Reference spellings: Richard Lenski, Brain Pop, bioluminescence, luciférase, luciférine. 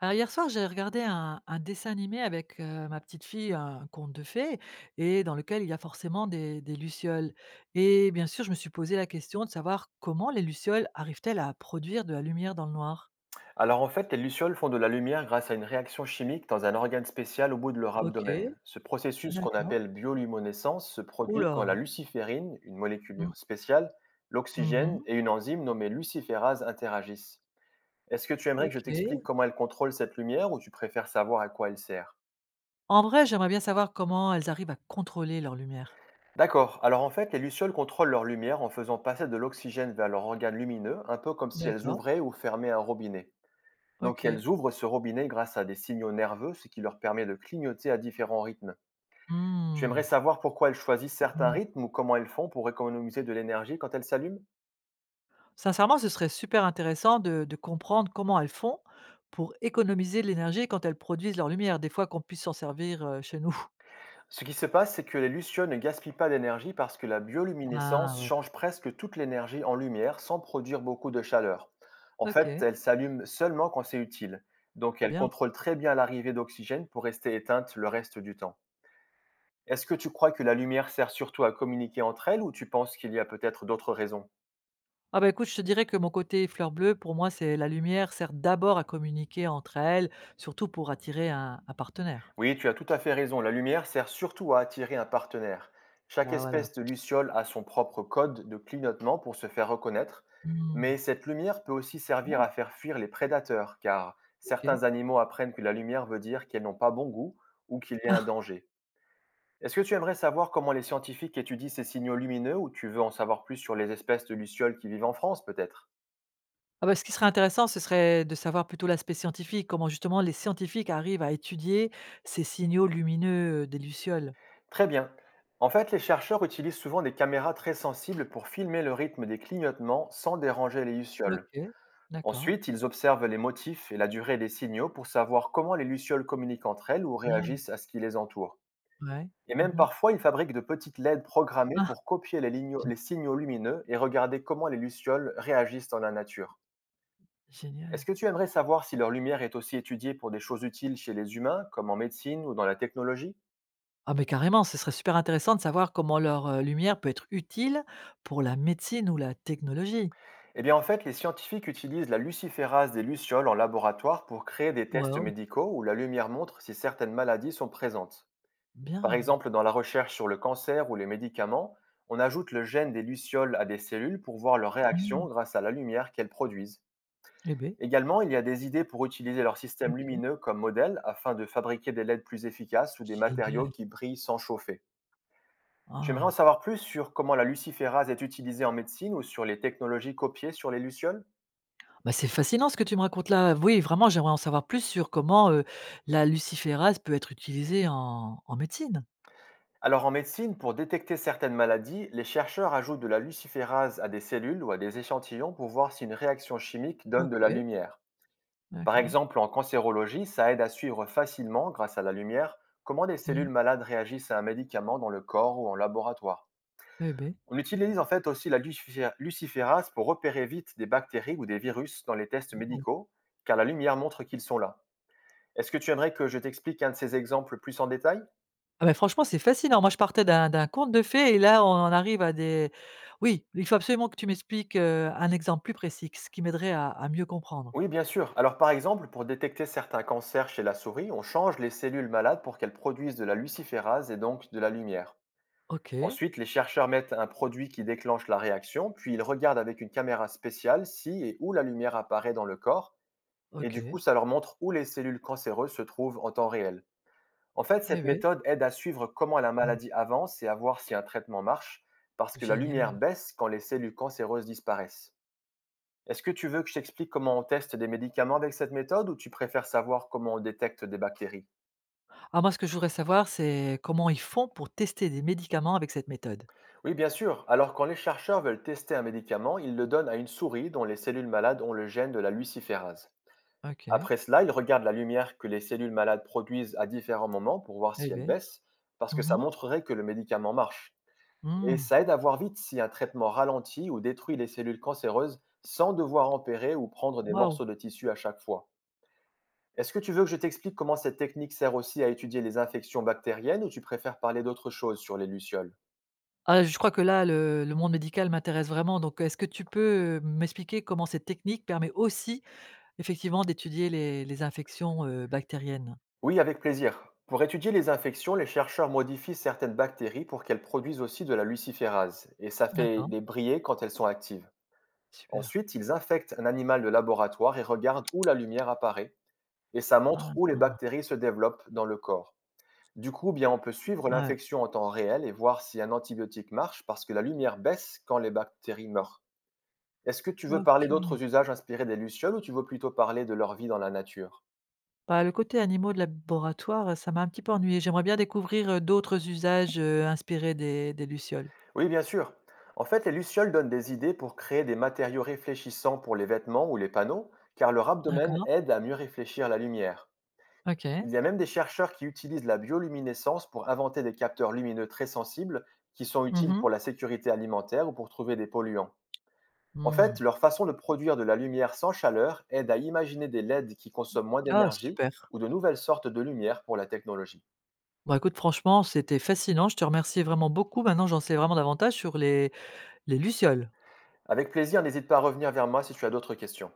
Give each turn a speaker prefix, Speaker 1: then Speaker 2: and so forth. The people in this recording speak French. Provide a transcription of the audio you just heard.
Speaker 1: Alors hier soir, j'ai regardé un dessin animé avec ma petite fille, un conte de fées, et dans lequel il y a forcément des lucioles. Et bien sûr, je me suis posé la question de savoir comment les lucioles arrivent-elles à produire de la lumière dans le noir.
Speaker 2: Alors en fait, les lucioles font de la lumière grâce à une réaction chimique dans un organe spécial au bout de leur
Speaker 1: Ok,
Speaker 2: abdomen. Ce processus qu'on
Speaker 1: d'accord.
Speaker 2: appelle bioluminescence se produit quand la
Speaker 1: Oula.
Speaker 2: luciférine, une molécule
Speaker 1: Mm,
Speaker 2: spéciale, l'oxygène
Speaker 1: mhm,
Speaker 2: et une enzyme nommée luciférase interagissent. Est-ce que tu aimerais que je
Speaker 1: ok.
Speaker 2: t'explique comment elle contrôle cette lumière ou tu préfères savoir à quoi elle sert?
Speaker 1: En vrai, j'aimerais bien savoir comment elles arrivent à contrôler leur lumière.
Speaker 2: D'accord, alors en fait, les lucioles contrôlent leur lumière en faisant passer de l'oxygène vers leur organe lumineux, un peu comme si elles
Speaker 1: D'accord.
Speaker 2: ouvraient ou fermaient un robinet.
Speaker 1: Ok.
Speaker 2: Donc elles ouvrent ce robinet grâce à des signaux nerveux, ce qui leur permet de clignoter à différents rythmes. Tu aimerais
Speaker 1: Hmm,
Speaker 2: savoir pourquoi elles choisissent certains rythmes ou comment elles font pour économiser de l'énergie quand elles s'allument?
Speaker 1: Sincèrement, ce serait super intéressant de comprendre comment elles font pour économiser de l'énergie quand elles produisent leur lumière, des fois qu'on puisse s'en servir, chez nous.
Speaker 2: Ce qui se passe, c'est que les lucioles ne gaspillent pas d'énergie parce que la
Speaker 1: Ah,
Speaker 2: bioluminescence
Speaker 1: voilà.
Speaker 2: change presque toute l'énergie en lumière sans produire beaucoup de chaleur. En fait,
Speaker 1: OK,
Speaker 2: elles s'allument seulement quand c'est utile. Donc elles
Speaker 1: bien.
Speaker 2: contrôlent très bien l'arrivée d'oxygène pour rester éteintes le reste du temps. Est-ce que tu crois que la lumière sert surtout à communiquer entre elles ou tu penses qu'il y a peut-être d'autres raisons?
Speaker 1: Ah bah, écoute, je te dirais que mon côté fleur bleue, pour moi, c'est la lumière sert d'abord à communiquer entre elles, surtout pour attirer un partenaire.
Speaker 2: Oui, tu as tout à fait raison. La lumière sert surtout à attirer un partenaire. Chaque
Speaker 1: Ah, voilà.
Speaker 2: espèce de luciole a son propre code de clignotement pour se faire reconnaître,
Speaker 1: Mmh.
Speaker 2: mais cette lumière peut aussi servir
Speaker 1: Ah,
Speaker 2: à faire fuir les prédateurs, car
Speaker 1: OK.
Speaker 2: certains animaux apprennent que la lumière veut dire qu'elles n'ont pas bon goût ou qu'il y a un
Speaker 1: Ah,
Speaker 2: danger. Est-ce que tu aimerais savoir comment les scientifiques étudient ces signaux lumineux ou tu veux en savoir plus sur les espèces de lucioles qui vivent en France peut-être?
Speaker 1: ah bah, ce qui serait intéressant, ce serait de savoir plutôt l'aspect scientifique, comment justement les scientifiques arrivent à étudier ces signaux lumineux, des lucioles.
Speaker 2: Très bien. En fait, les chercheurs utilisent souvent des caméras très sensibles pour filmer le rythme des clignotements sans déranger les lucioles.
Speaker 1: OK, d'accord.
Speaker 2: Ensuite, ils observent les motifs et la durée des signaux pour savoir comment les lucioles communiquent entre elles ou
Speaker 1: Bien,
Speaker 2: réagissent à ce qui les entoure.
Speaker 1: ouais.
Speaker 2: Et
Speaker 1: Mmh
Speaker 2: même
Speaker 1: mh.
Speaker 2: parfois, ils fabriquent de petites LED programmées
Speaker 1: Ah!
Speaker 2: pour copier
Speaker 1: Gé
Speaker 2: les signaux lumineux et regarder comment les lucioles réagissent dans la nature. Est-ce
Speaker 1: génial.
Speaker 2: que tu aimerais savoir si leur lumière est aussi étudiée pour des choses utiles chez les humains, comme en médecine ou dans la technologie?
Speaker 1: Ah, mais carrément, ce serait super intéressant de savoir comment leur, lumière peut être utile pour la médecine ou la technologie.
Speaker 2: Eh bien en fait, les scientifiques utilisent la luciférase des lucioles en laboratoire pour créer des tests
Speaker 1: Waouh,
Speaker 2: médicaux où la lumière montre si certaines maladies sont présentes. Par
Speaker 1: bien.
Speaker 2: exemple, dans la recherche sur le cancer ou les médicaments, on ajoute le gène des lucioles à des cellules pour voir leur réaction
Speaker 1: Mmh.
Speaker 2: grâce à la lumière qu'elles produisent.
Speaker 1: Eh beh,
Speaker 2: Également, il y a des idées pour utiliser leur système
Speaker 1: OK.
Speaker 2: lumineux comme modèle afin de fabriquer des LED plus efficaces ou des matériaux
Speaker 1: Génial.
Speaker 2: qui brillent sans chauffer. J'aimerais en
Speaker 1: Waouh.
Speaker 2: savoir plus sur comment la luciférase est utilisée en médecine ou sur les technologies copiées sur les lucioles.
Speaker 1: Bah, c'est fascinant ce que tu me racontes là. Oui, vraiment, j'aimerais en savoir plus sur comment, la luciférase peut être utilisée en médecine.
Speaker 2: Alors en médecine, pour détecter certaines maladies, les chercheurs ajoutent de la luciférase à des cellules ou à des échantillons pour voir si une réaction chimique donne de la
Speaker 1: OK,
Speaker 2: lumière. Par
Speaker 1: d'accord.
Speaker 2: exemple, en cancérologie, ça aide à suivre facilement, grâce à la lumière, comment des
Speaker 1: Mmh.
Speaker 2: cellules malades réagissent à un médicament dans le corps ou en laboratoire.
Speaker 1: Eh beh.
Speaker 2: On utilise en fait aussi la luciférase pour repérer vite des bactéries ou des virus dans les tests médicaux, car la lumière montre qu'ils sont là. Est-ce que tu aimerais que je t'explique un de ces exemples plus en détail?
Speaker 1: Ah mais franchement, c'est facile, hein. Moi, je partais d'un conte de fées et là, on en arrive à des oui, il faut absolument que tu m'expliques, un exemple plus précis, ce qui m'aiderait à mieux comprendre.
Speaker 2: Oui, bien sûr. Alors par exemple, pour détecter certains cancers chez la souris, on change les cellules malades pour qu'elles produisent de la luciférase et donc de la lumière.
Speaker 1: OK,
Speaker 2: Ensuite, les chercheurs mettent un produit qui déclenche la réaction, puis ils regardent avec une caméra spéciale si et où la lumière apparaît dans le corps, et du coup,
Speaker 1: OK.
Speaker 2: ça leur montre où les cellules cancéreuses se trouvent en temps réel. En fait,
Speaker 1: Eh
Speaker 2: cette
Speaker 1: oui.
Speaker 2: méthode aide à suivre comment la
Speaker 1: Mmh.
Speaker 2: maladie avance et à voir si un traitement marche, parce que la lumière
Speaker 1: Génial.
Speaker 2: baisse quand les cellules cancéreuses disparaissent. Est-ce que tu veux que je t'explique comment on teste des médicaments avec cette méthode ou tu préfères savoir comment on détecte des bactéries?
Speaker 1: Ah moi, ce que je voudrais savoir, c'est comment ils font pour tester des médicaments avec cette méthode?
Speaker 2: Oui, bien sûr. Alors, quand les chercheurs veulent tester un médicament, ils le donnent à une souris dont les cellules malades ont le gène de la luciférase.
Speaker 1: OK.
Speaker 2: Après cela, ils regardent la lumière que les cellules malades produisent à différents moments pour voir
Speaker 1: Eh
Speaker 2: si elle
Speaker 1: beh.
Speaker 2: baisse, parce que
Speaker 1: Mmh
Speaker 2: ça
Speaker 1: mh.
Speaker 2: montrerait que le médicament marche. Et
Speaker 1: Mmh.
Speaker 2: ça aide à voir vite si un traitement ralentit ou détruit les cellules cancéreuses sans devoir empérer ou prendre des
Speaker 1: Waouh.
Speaker 2: morceaux de tissu à chaque fois. Est-ce que tu veux que je t'explique comment cette technique sert aussi à étudier les infections bactériennes ou tu préfères parler d'autre chose sur les lucioles?
Speaker 1: Ah, je crois que là, le monde médical m'intéresse vraiment, donc est-ce que tu peux, m'expliquer comment cette technique permet aussi, effectivement, d'étudier les infections, bactériennes?
Speaker 2: Oui, avec plaisir. Pour étudier les infections, les chercheurs modifient certaines bactéries pour qu'elles produisent aussi de la luciférase, et ça fait
Speaker 1: D'accord.
Speaker 2: les briller quand elles sont actives.
Speaker 1: Super.
Speaker 2: Ensuite, ils infectent un animal de laboratoire et regardent où la lumière apparaît, et ça montre
Speaker 1: Ah
Speaker 2: où les
Speaker 1: non.
Speaker 2: bactéries se développent dans le corps. Du coup, bien, on peut suivre
Speaker 1: Ouais.
Speaker 2: l'infection en temps réel et voir si un antibiotique marche parce que la lumière baisse quand les bactéries meurent. Est-ce que tu veux parler
Speaker 1: OK.
Speaker 2: d'autres usages inspirés des lucioles ou tu veux plutôt parler de leur vie dans la nature?
Speaker 1: Bah, le côté animaux de laboratoire, ça m'a un petit peu ennuyée. J'aimerais bien découvrir, d'autres usages, inspirés des lucioles.
Speaker 2: Oui, bien sûr. En fait, les lucioles donnent des idées pour créer des matériaux réfléchissants pour les vêtements ou les panneaux, car leur abdomen
Speaker 1: D'accord.
Speaker 2: aide à mieux réfléchir la lumière.
Speaker 1: OK.
Speaker 2: Il y a même des chercheurs qui utilisent la bioluminescence pour inventer des capteurs lumineux très sensibles qui sont
Speaker 1: Mmh
Speaker 2: utiles
Speaker 1: mh.
Speaker 2: pour la sécurité alimentaire ou pour trouver des polluants. En
Speaker 1: Mmh.
Speaker 2: fait, leur façon de produire de la lumière sans chaleur aide à imaginer des LED qui consomment moins
Speaker 1: Ah
Speaker 2: d'énergie
Speaker 1: super.
Speaker 2: ou de nouvelles sortes de lumière pour la technologie.
Speaker 1: Bah, écoute franchement, c'était fascinant. Je te remercie vraiment beaucoup. Maintenant, j'en sais vraiment davantage sur les lucioles.
Speaker 2: Avec plaisir, n'hésite pas à revenir vers moi si tu as d'autres questions.